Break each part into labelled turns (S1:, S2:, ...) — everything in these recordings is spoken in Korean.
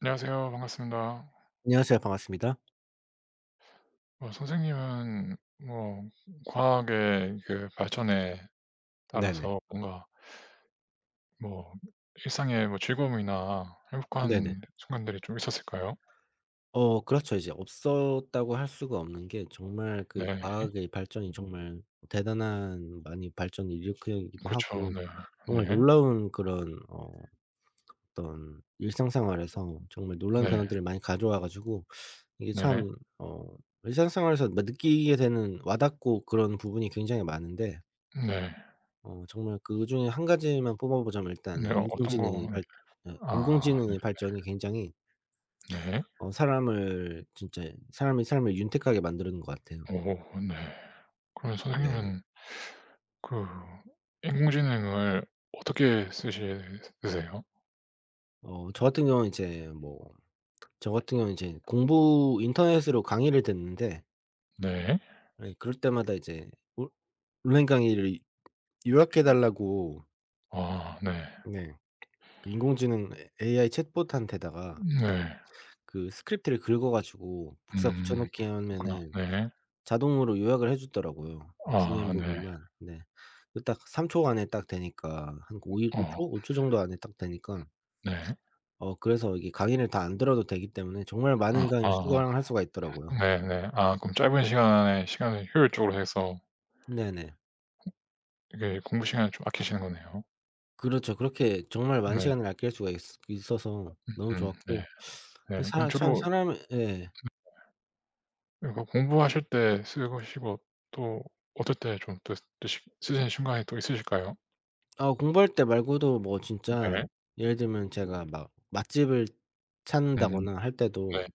S1: 안녕하세요. 반갑습니다.
S2: 안녕하세요. 반갑습니다.
S1: 뭐 선생님은 뭐 과학의 그 발전에
S2: 네네.
S1: 따라서 뭔가 뭐 일상에 뭐 즐거움이나
S2: 네네.
S1: 행복한 순간들이 좀 있었을까요?
S2: 그렇죠. 이제 없었다고 할 수가 없는 게 정말 그
S1: 네.
S2: 과학의 발전이 정말 대단한 많이 발전을 일으키기도
S1: 그쵸.
S2: 하고
S1: 네.
S2: 정말
S1: 네.
S2: 놀라운 그런 어떤 일상생활에서 정말 놀라운
S1: 네.
S2: 변화들을 많이 가져와 가지고 이게
S1: 네.
S2: 참 어 일상생활에서 막 느끼게 되는 와닿고 그런 부분이 굉장히 많은데
S1: 네.
S2: 정말 그중에 한 가지만 뽑아보자면
S1: 네.
S2: 일단은
S1: 어, 어떤 거
S2: 인공지능이
S1: 네.
S2: 발 예,
S1: 아
S2: 인공지능의 발전이 굉장히
S1: 네.
S2: 사람을 진짜 사람이 삶을 윤택하게 만드는 것 같아요.
S1: 오 네. 그러면
S2: 네네.
S1: 선생님은 그 인공지능을 어떻게 쓰시 쓰세요?
S2: 저 같은 경우는 이제 뭐 저 같은 경우는 이제 공부 인터넷으로 강의를 듣는데
S1: 네.
S2: 예, 그럴 때마다 이제 온 온라인 강의를 요약해 달라고
S1: 아 네.
S2: 네, 그 인공지능 AI 챗봇한테다가
S1: 네.
S2: 그 스크립트를 긁어 가지고 복사 붙여
S1: 음.
S2: 넣기
S1: 아
S2: 하면은
S1: 네.
S2: 자동으로 요약을 해 주더라고요. 이 중요한
S1: 아 네.
S2: 부분만. 네. 그 딱 3 초 안에 딱 되니까 한 오이 오
S1: 어
S2: 초? 5 초 정도 안에 딱 되니까
S1: 네.
S2: 그래서 이게 강의를 다 안 들어도 되기 때문에 정말
S1: 아
S2: 많은 강의를
S1: 아
S2: 수강할 수가 있더라고요.
S1: 네네. 아 그럼 짧은 시간에 시간을 효율적으로 해서
S2: 네네.
S1: 이게 공부 시간을 좀 아끼시는 거네요.
S2: 그렇죠. 그렇게 정말 많은
S1: 네.
S2: 시간을 아낄 수가 있 있어서 너무
S1: 네.
S2: 좋았고
S1: 네. 그럼
S2: 사 참
S1: 주로
S2: 사람 예.
S1: 이거 공부하실 때 쓰시고 또 어떨 때 좀 또 쓰시는 순간이 또 있으실까요?
S2: 아, 공부할 때 말고도 뭐 진짜
S1: 네.
S2: 예를 들면 제가 막 맛집을
S1: 음
S2: 찾는다거나 할 때도
S1: 네.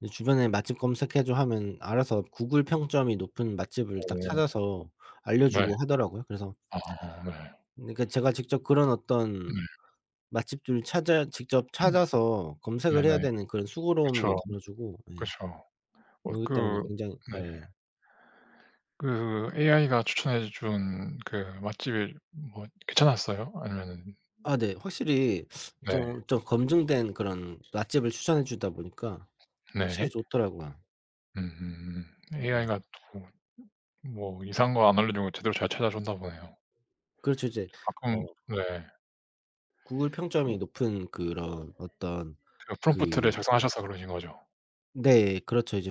S2: 이제 주변에 "맛집 검색해 줘." 하면 알아서 구글 평점이 높은 맛집을 딱
S1: 어
S2: 찾아서 알려
S1: 네.
S2: 주고 하더라고요. 그래서
S1: 아 네.
S2: 그러니까 제가 직접 그런
S1: 네.
S2: 어떤 맛집들을 찾아 직접
S1: 음
S2: 찾아서 검색을 해야
S1: 네네.
S2: 되는 그런 수고로움도
S1: 그쵸.
S2: 덜어 주고 예,
S1: 그쵸. 어
S2: 그러기
S1: 그
S2: 때문에 굉장히
S1: 네.
S2: 예.
S1: 그 AI가 추천해 준 그 맛집이 뭐 괜찮았어요? 아니면은
S2: 아 네. 확실히
S1: 네.
S2: 좀 검증된 그런 맛집을 추천해 주다 보니까
S1: 네.
S2: 확실히 좋더라고요.
S1: 음.
S2: 예예.
S1: AI가 또 뭐 이상한 거 안 알려주고 제대로 잘 찾아줬나 보네요.
S2: 그렇죠. 이제
S1: 가끔
S2: 어
S1: 네.
S2: 구글 평점이 높은 그런 어떤
S1: 그 프롬프트를
S2: 그
S1: 작성하셔서 그러신 거죠?
S2: 네, 그렇죠. 이제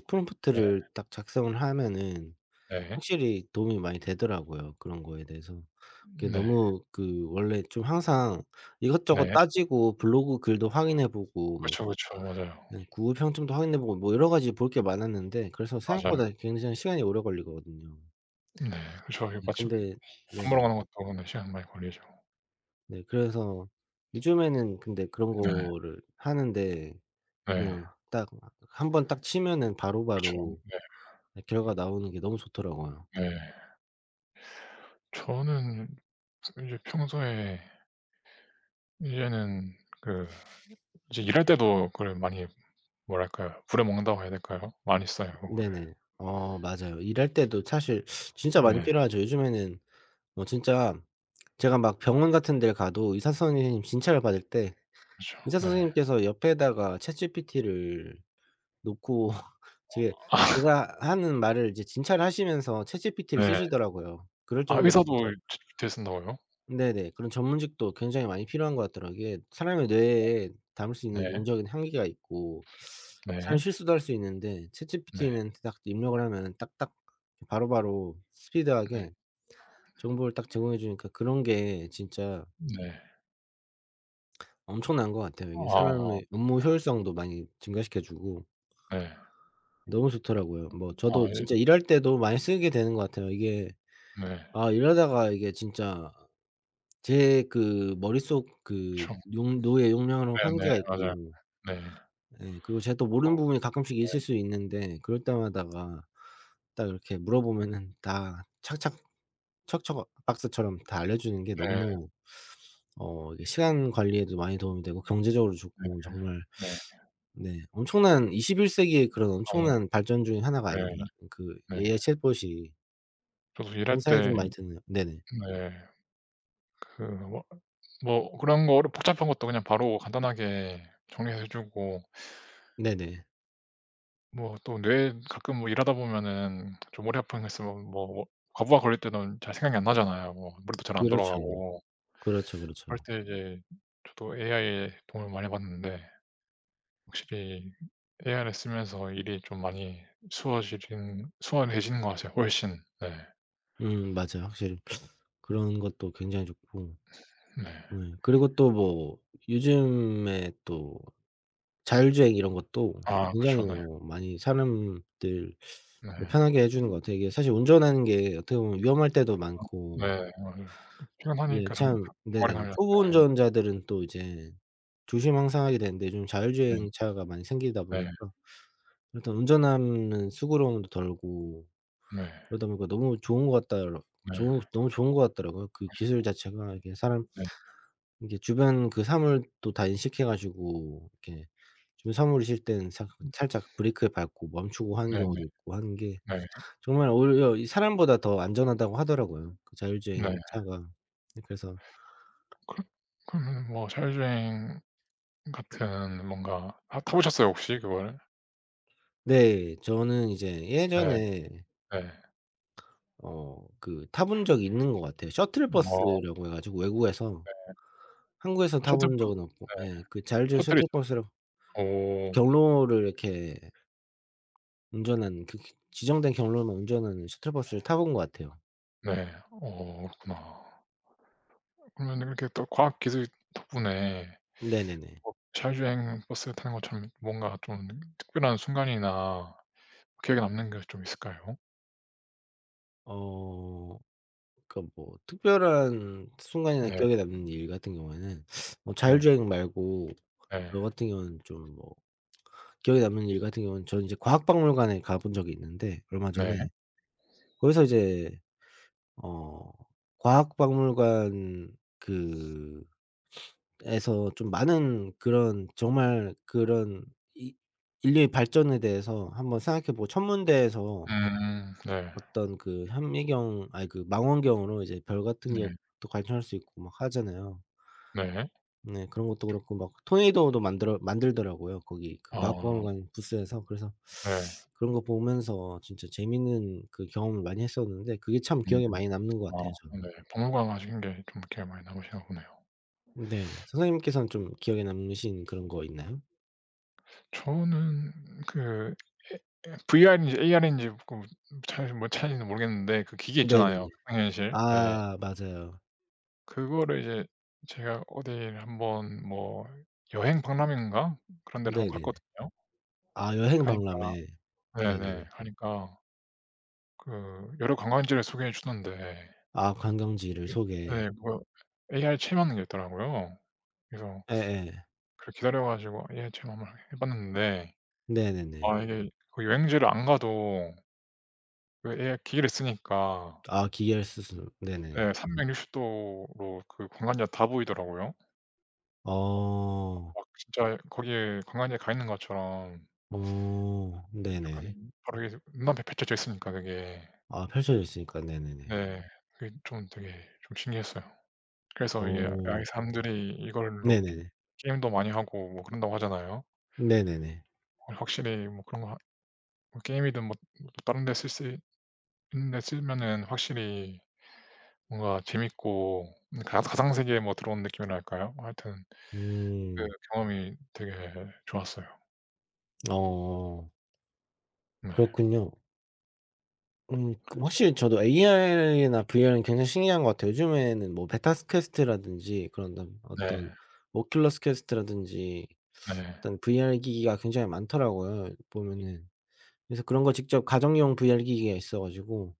S1: 네.
S2: 프롬프트를 딱 작성을 하면은
S1: 네.
S2: 확실히 도움이 많이 되더라고요, 그런 거에 대해서. 그게
S1: 네.
S2: 너무 그 원래 좀 항상 이것저것
S1: 네.
S2: 따지고 블로그 글도 확인해 보고 뭐
S1: 그쵸, 그쵸. 맞아요.
S2: 네, 구글 평점도 확인해 보고 뭐 여러 가지 볼 게 많았는데 그래서
S1: 맞아요.
S2: 생각보다 굉장히 시간이 오래 걸리거든요.
S1: 네. 그쵸. 이
S2: 네
S1: 마침
S2: 근데
S1: 밥 먹으러
S2: 네네.
S1: 가는 것도 네 시간 많이 걸리죠.
S2: 네 그래서 요즘에는 근데 그런
S1: 네.
S2: 거를 하는데
S1: 네.
S2: 그냥 딱 한번 딱 치면은
S1: 그쵸.
S2: 바로바로
S1: 네.
S2: 예, 결과가 나오는 게 너무 좋더라고요.
S1: 네. 저는 이제 평소에 이제는 그 이제 일할 때도 그걸 많이 뭐랄까요. 부려먹는다고 해야 될까요? 많이 써요 그거를.
S2: 네네. 맞아요. 일할 때도 사실 진짜 많이
S1: 네.
S2: 필요하죠. 요즘에는 뭐 진짜 제가 막 병원 같은 데 가도 의사 선생님 진찰을 받을 때
S1: 그렇죠.
S2: 의사
S1: 네.
S2: 선생님께서 옆에다가 챗GPT를 놓고 제 제가 하는 말을 이제 진찰을 하시면서
S1: 아
S2: 챗GPT를
S1: 네.
S2: 쓰시더라고요. 그럴
S1: 아
S2: 정도로 진짜
S1: 의사도 되되 쓴다고요?
S2: 네네. 그런 전문직도 굉장히 많이 필요한 것 같더라고요. 이게 사람의 뇌에 담을 수 있는
S1: 네.
S2: 용적인 한계가 있고 사람
S1: 네.
S2: 실수도 할 수 있는데
S1: 네.
S2: 챗GPT는 딱 입력을 하면 딱딱 바로바로
S1: 네.
S2: 스피드하게 정보를 딱 제공해 주니까 그런 게 진짜
S1: 네.
S2: 엄청난 것 같아요. 이게
S1: 아.
S2: 사람의 업무 효율성도 많이 증가시켜 주고
S1: 네.
S2: 너무 좋더라고요. 뭐
S1: 아
S2: 저도
S1: 예.
S2: 진짜 일할 때도 많이 쓰게 되는 것 같아요. 이게
S1: 네.
S2: 아 이러다가 이게 진짜 제 그 머릿속 그
S1: 그쵸.
S2: 용 노예 용량으로
S1: 네네.
S2: 한계가
S1: 맞아요.
S2: 있고
S1: 네.
S2: 예. 그리고 제가 또
S1: 어
S2: 모르는 부분이 가끔씩 있을 수 있는데 그럴 때마다가 딱 이렇게 물어보면은 다 착착 척척 박사처럼 다 알려주는 게
S1: 네.
S2: 너무 이게 시간 관리에도 많이 도움이 되고 경제적으로 좋고 정말
S1: 네. 네.
S2: 네, 엄청난 21 세기의 그런
S1: 맞아요.
S2: 엄청난 발전 중에 하나가
S1: 네.
S2: 아닌가. 그
S1: 네.
S2: AI 챗봇이
S1: 저도 일할
S2: 한사에
S1: 때
S2: 좀 많이 드네요. 네네.
S1: 네. 그 뭐 뭐 그런 거를 복잡한 것도 그냥 바로 간단하게 정리해 주고
S2: 네네.
S1: 뭐 또 뇌 가끔 뭐 일하다 보면은 좀 머리 아픈 거 있으면 뭐 뭐 과부하 걸릴 때는 잘 생각이 안 나잖아요. 뭐 머리도 잘 안
S2: 그렇죠.
S1: 돌아가고.
S2: 그렇죠, 그렇죠.
S1: 할 때 이제 저도 AI의 도움을 많이 받는데 확실히 AI를 쓰면서 일이 좀 많이 수월해지는 것 같아요 훨씬. 네.
S2: 맞아요. 확실히 그런 것도 굉장히 좋고
S1: 네.
S2: 네. 그리고 또 뭐 요즘에 또 자율주행 이런 것도
S1: 아 그쵸.
S2: 굉장히
S1: 네.
S2: 뭐 많이 사람들을
S1: 네.
S2: 편하게 해 주는 것 같아요. 이게 사실 운전하는 게 어떻게 보면 위험할 때도
S1: 네
S2: 많고
S1: 맞아요.
S2: 이게
S1: 피곤하니까 장 장
S2: 참
S1: 주말에
S2: 네네.
S1: 가면
S2: 초보 운전자들은 또 이제 조심 항상 하게 되는데 요즘
S1: 네. 네.
S2: 자율주행 차가 많이 생기다
S1: 네.
S2: 보니까 일단 운전하는 수고로움도 덜고
S1: 네.
S2: 그러다 보니까 너무 좋은 것 같다
S1: 네.
S2: 좋은 것 같더라고요. 그 기술 자체가 이게 사람
S1: 네.
S2: 이게 주변 그 사물도 다 인식해 가지고 이렇게 주변 사물이 싫을 때는 살 살짝 브레이크를 밟고 멈추고 하는
S1: 네네.
S2: 경우도 있고 하는 게
S1: 네.
S2: 정말 오히려 이 사람보다 더 안전하다고 하더라고요, 그
S1: 네.
S2: 자율주행 차가. 네 그래서
S1: 그러 그러면은 뭐 자율주행 같은 뭔가 아 타 보셨어요 혹시 그거를?
S2: 네. 저는 이제
S1: 네.
S2: 예전에
S1: 네.
S2: 그 타본 적이 있는 것 같아요.
S1: 어
S2: 셔틀버스라고 해 가지고 외국에서 한국에서
S1: 셔틀버
S2: 타본 적은 없고 예,
S1: 네.
S2: 그 자율주행 셔틀
S1: 셔틀이죠.
S2: 버스라
S1: 오.
S2: 경로를 이렇게 운전하는 그 기 지정된 경로만 운전하는 셔틀버스를 타본 것 같아요.
S1: 네. 어 그렇구나. 그러면 이렇게 또 과학 기술 덕분에
S2: 네네네.
S1: 뭐 자율주행 버스 타는 것처럼 뭔가 좀 특별한 순간이나 기억에 남는 게 좀 있을까요?
S2: 어 그러니까 뭐 특별한 순간이나
S1: 네.
S2: 기억에 남는 일 같은 경우에는 뭐
S1: 네.
S2: 자율주행 말고
S1: 네.
S2: 저 같은 경우는 좀 뭐 기억에 남는 일 같은 경우는 저는 이제 과학박물관에 가본 적이 있는데 얼마 전에
S1: 네.
S2: 거기서 이제 어 과학박물관 그 에서 좀 많은 그런 정말 그런 이 인류의 발전에 대해서 한번 생각해 보고 천문대에서
S1: 음. 네.
S2: 어떤 그 현미경 아니 그 망원경으로 이제 별 같은 것도
S1: 네.
S2: 관찰할 수 있고 막 하잖아요.
S1: 네.
S2: 네 그런 것도 그렇고 막 토네이도도 만들어 만들더라고요. 거기 그
S1: 아
S2: 과학박물관 부스에서. 그래서
S1: 네.
S2: 그런 거 보면서 진짜 재밌는 그 경험을 많이 했었는데 그게 참 기억에
S1: 음.
S2: 많이 남는 것
S1: 아
S2: 같아요 저는.
S1: 네. 박물관 가신 게 좀 기억에 많이 남으시나 보네요.
S2: 네네. 선생님께서는 좀 기억에 남으신 그런 거 있나요?
S1: 저는 그 에 에 VR인지 AR인지 그 잘 뭐 차이는 모르겠는데 그 기계 있잖아요,
S2: 네네네.
S1: 가상현실. 네.
S2: 아 맞아요.
S1: 그거를 이제 제가 어딜 한번 뭐 여행 박람회인가 그런 데를 한번
S2: 네네.
S1: 갔거든요.
S2: 아 여행
S1: 가니까
S2: 박람회.
S1: 네네.
S2: 네네네.
S1: 가니까 그 여러 관광지를 소개해 주던데
S2: 아 관광지를
S1: 이게
S2: 소개.
S1: 네 뭐 AR 체험하는 게 있더라고요. 그래서
S2: 예예.
S1: 그걸 기다려 가지고 AR 체험 한번 해 봤는데
S2: 네네네.
S1: 아 이게 그 여행지를 안 가도 그 에이알 기기를 쓰니까
S2: 아 기계를 쓰스는 네네.
S1: 네. 360 도로 그 광안리가 다 보이더라고요.
S2: 어.
S1: 막 진짜 거기에 광안리에 가 있는 것처럼
S2: 어 네네.
S1: 약간 바로 이게 눈앞에 펼쳐져 있으니까 그게.
S2: 아 펼쳐져 있으니까 네네네.
S1: 네. 그게 좀 되게 좀 신기했어요. 그래서 이게 아
S2: 어
S1: 이 사람들이 이걸로 게
S2: 네네네.
S1: 게임도 많이 하고 뭐 그런다고 하잖아요.
S2: 네네네.
S1: 어 확실히 뭐 그런 거 하 뭐 게임이든 뭐 뭐 다른 데 쓸 수 있는데 쓰면은 확실히 뭔가 재밌고 가 가상 세계에 뭐 들어온 느낌이랄까요? 하여튼 그
S2: 음.
S1: 경험이 되게 좋았어요.
S2: 어
S1: 네.
S2: 그렇군요. 그 확실히 저도 AI나 VR은 굉장히 신기한 것 같아요. 요즘에는 뭐 베타스 퀘스트라든지 그런 다음
S1: 네.
S2: 어떤 오큘러스 퀘스트라든지
S1: 네.
S2: 어떤 VR 기기가 굉장히 많더라고요 보면은. 그래서 그런 거 직접 가정용 VR 기기가 있어 가지고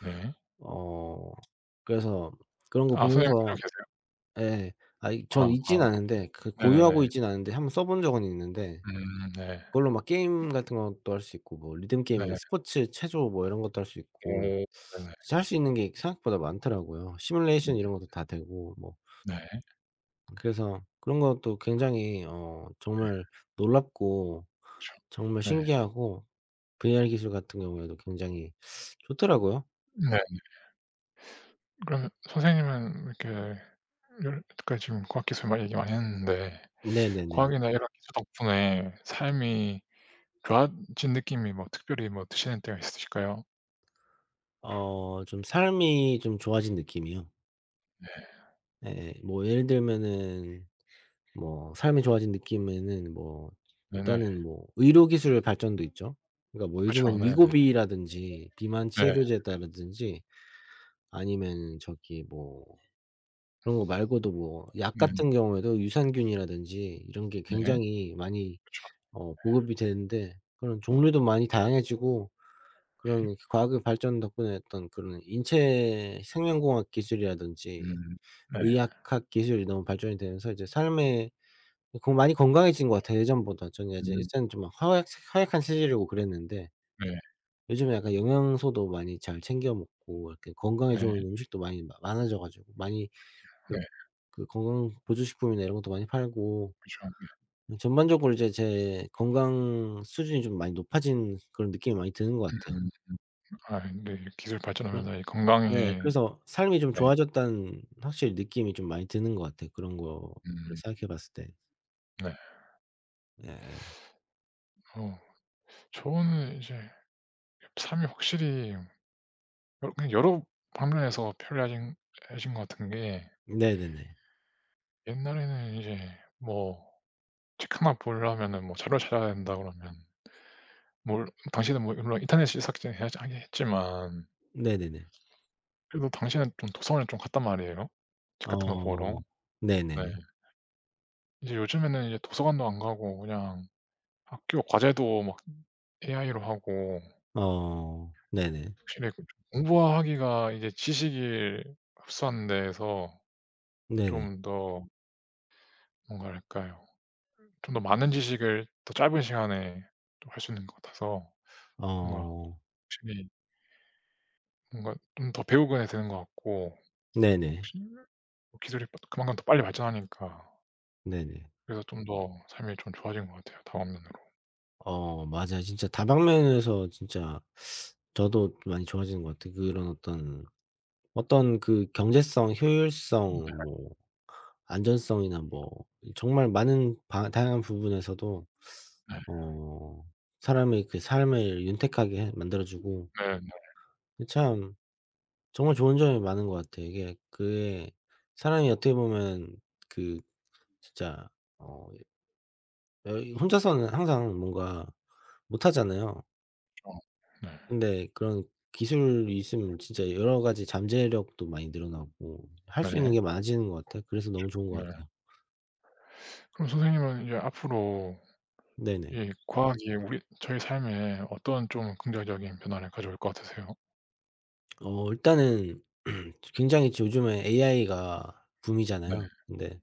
S1: 네.
S2: 어 그래서 그런 거
S1: 아 선생님
S2: 보면서
S1: 가지고 계세요?
S2: 예. 아이,
S1: 아
S2: 전
S1: 아.
S2: 있진 않은데 그 보유하고
S1: 네네네.
S2: 있진 않은데 한번 써본 적은 있는데
S1: 네.
S2: 그걸로 막 게임 같은 것도 할 수 있고 뭐 리듬 게임이나
S1: 네네.
S2: 스포츠 체조 뭐 이런 것도 할 수
S1: 오
S2: 있고
S1: 네네.
S2: 진짜 할 수 있는 게 생각보다 많더라고요.
S1: 음
S2: 시뮬레이션 이런 것도 다 되고 뭐
S1: 네.
S2: 그래서 그런 것도 굉장히 정말 놀랍고
S1: 그쵸.
S2: 정말
S1: 네.
S2: 신기하고 VR 기술 같은 경우에도 굉장히 좋더라고요.
S1: 네. 그러면 선생님은 이렇게 여태까지 지금 과학기술만 얘기 많이 했는데
S2: 네네네.
S1: 과학이나 이런 기술 덕분에 삶이 좋아진 느낌이 뭐 특별히 뭐 드시는 때가 있으실까요?
S2: 어 좀 삶이 좀 좋아진 느낌이요. 예 뭐 예를 들면은 뭐 삶이 좋아진 느낌에는 뭐
S1: 네네.
S2: 일단은 뭐 의료 기술 발전도 있죠. 그러니까 뭐
S1: 그쵸.
S2: 요즘엔
S1: 네네.
S2: 위고비라든지 비만
S1: 네.
S2: 치료제다라든지 아니면 저기 뭐 그런 거 말고도 뭐 약 같은
S1: 네네.
S2: 경우에도 유산균이라든지 이런 게
S1: 네.
S2: 굉장히 많이
S1: 그쵸.
S2: 보급이 되는데 그런 종류도 많이 다양해지고 그런 과학의 발전 덕분에 어떤 그런 인체 생명공학 기술이라든지
S1: 음. 네.
S2: 의학학 기술이 너무 발전이 되면서 이제 삶에 건 많이 건강해진 것 같아요 예전보다. 저는 이제
S1: 음.
S2: 일단 좀 허약한 체질이고 그랬는데
S1: 네.
S2: 요즘에 약간 영양소도 많이 잘 챙겨 먹고 이렇게 건강에 좋은
S1: 네.
S2: 음식도 많이 마 많아져 가지고 많이 그
S1: 네.
S2: 건강 보조식품이나 이런 것도 많이 팔고
S1: 그쵸.
S2: 전반적으로 이제 제 건강 수준이 좀 많이 높아진 그런 느낌이 많이 드는 것 같아요.
S1: 음음. 아 근데 기술이
S2: 그
S1: 발전하면서 이
S2: 네.
S1: 건강에
S2: 그래서 '삶이 좀
S1: 네.
S2: 좋아졌다.'는 확실히 느낌이 좀 많이 드는 것 같아요 그런 거를
S1: 음
S2: 생각해 봤을 때.
S1: 네.
S2: 예예.
S1: 어 저는 이제 삶이 확실히 여러 그냥 여러 방면에서 편리해진 해진 것 같은 게
S2: 네네네.
S1: 옛날에는 이제 뭐 책 하나 보려면은 뭐 자료를 찾아야 된다 그러면 물 당시에는 뭐 물론 인터넷이 있었긴 해야지 하긴 했지만
S2: 네네네.
S1: 그래도 당시에는 좀 도서관에 좀 갔단 말이에요, 책 같은 거 보러.
S2: 어.
S1: 네.
S2: 네네네.
S1: 이제 요즘에는 이제 도서관도 안 가고 그냥 학교 과제도 막 AI로 하고
S2: 어. 네네.
S1: 확실히 그 공부하기가 이제 지식을 흡수하는 데에서
S2: 네네.
S1: 좀 더 뭔가 랄까요 좀 더 많은 지식을 더 짧은 시간에 좀 할 수 있는 것 같아서 뭔가
S2: 어.
S1: 확실히 뭔가 좀 더 배우게 되는 것 같고
S2: 네네.
S1: 확실히 뭐 기술이 빠 그만큼 더 빨리 발전하니까
S2: 네네.
S1: 그래서 좀 더 삶이 좀 좋아진 것 같아요 다방면으로.
S2: 어 맞아요. 진짜 다방면에서 진짜 저도 많이 좋아지는 것 같아요. 그런 어떤, 어떤 그 경제성,
S1: 네 네.
S2: 효율성 뭐 안전성이나 뭐 정말 많은 바 다양한 부분에서도
S1: 네
S2: 어 사람의 그 삶을 윤택하게 해 만들어 주고 참 정말 좋은 점이 많은 것 같아요. 이게 그게 사람이 어떻게 보면 그 진짜 어 여 혼자서는 항상 뭔가 못하잖아요.
S1: 네.
S2: 근데 그런 기술이 있으면 진짜 여러 가지 잠재력도 많이 늘어나고 할
S1: 네. 네. 어,
S2: 수 있는
S1: 네.
S2: 게 많아지는 것 같아요. 그래서 너무 좋은
S1: 네,
S2: 것
S1: 네.
S2: 같아요.
S1: 그럼 선생님은 이제 앞으로
S2: 네네.
S1: 이 과학이 우리 저희 삶에 어떤 좀 긍정적인 변화를 가져올 것 같으세요?
S2: 어 일단은 굉장히 지 요즘에 AI가
S1: 네.
S2: 붐이잖아요. 근데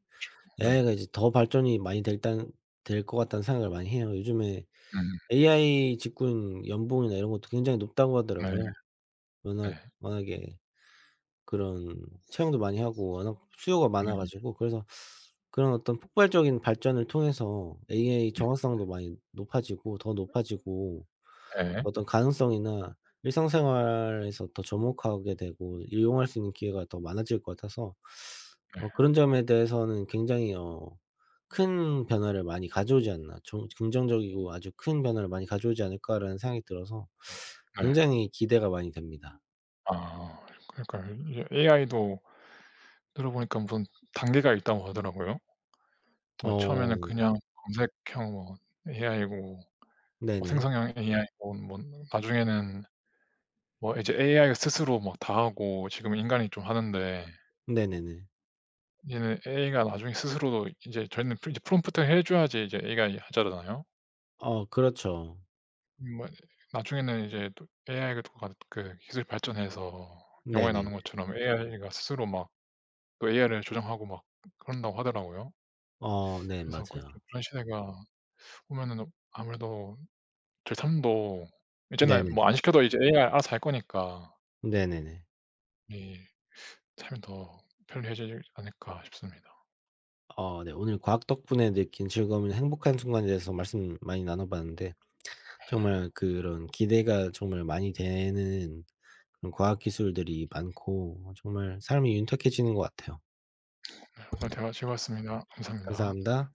S1: 네.
S2: AI가 이제 더 발전이 많이 될 단 될것 같다는 생각을 많이 해요. 요즘에
S1: 음.
S2: AI 직군 연봉이나 이런 것도 굉장히 높다고
S1: 네.
S2: 하더라고요.
S1: 네.
S2: 워낙에 그런 채용도 많이 하고 워낙 수요가 많아
S1: 네.
S2: 가지고 그래서 그런 어떤 폭발적인 발전을 통해서 AI 정확성도 많이 높아지고 더 높아지고
S1: 예.
S2: 어떤 가능성이나 일상생활에서 더 접목하게 되고 이용할 수 있는 기회가 더 많아질 것 같아서 그런 점에 대해서는 굉장히 큰 변화를 많이 가져오지 않나 좀 긍정적이고 아주 큰 변화를 많이 가져오지 않을까라는 생각이 들어서
S1: 네.
S2: 굉장히 기대가 많이 됩니다.
S1: 아. 그러니까 이게 AI도 들어보니까 무슨 단계가 있다고 하더라고요. 뭐 처음에는
S2: 어
S1: 그냥 검색형 뭐 AI고 뭐
S2: 네네.
S1: 생성형 AI고 뭐 나중에는 뭐 이제 AI가 스스로 막 다 하고 지금 인간이 좀 하는데
S2: 네네네.
S1: 얘는 AI가 나중에 스스로도 이제 저희는 이제 프롬프트를 해 줘야지 이제 AI가 하잖아요.
S2: 어 그렇죠.
S1: 뭐 나중에는 이제 또 AI가 또 가 그 기술이 발전해서 영화에 나오는
S2: 네네네.
S1: 것처럼 AI가 스스로 막 또 AI를 조정하고 막 그런다고 하더라고요.
S2: 어 네
S1: 그래서 그
S2: 맞아요.
S1: 좀 그런 시대가 오면은 아무래도 제 삶도 이제는
S2: 네네.
S1: 뭐 안 시켜도 이제 AI 알아서 할 거니까
S2: 네네네.
S1: 이 삶이 더 편리해지지 않을까 싶습니다.
S2: 어 네. 오늘 과학 덕분에 느낀 즐거움이나 행복한 순간에 대해서 말씀 많이 나눠 봤는데 정말 그런 기대가 정말 많이 되는 그런 과학 기술들이 많고 정말 삶이 윤택해지는 것 같아요.
S1: 네 오늘 대화 즐거웠습니다. 감사합니다.
S2: 감사합니다.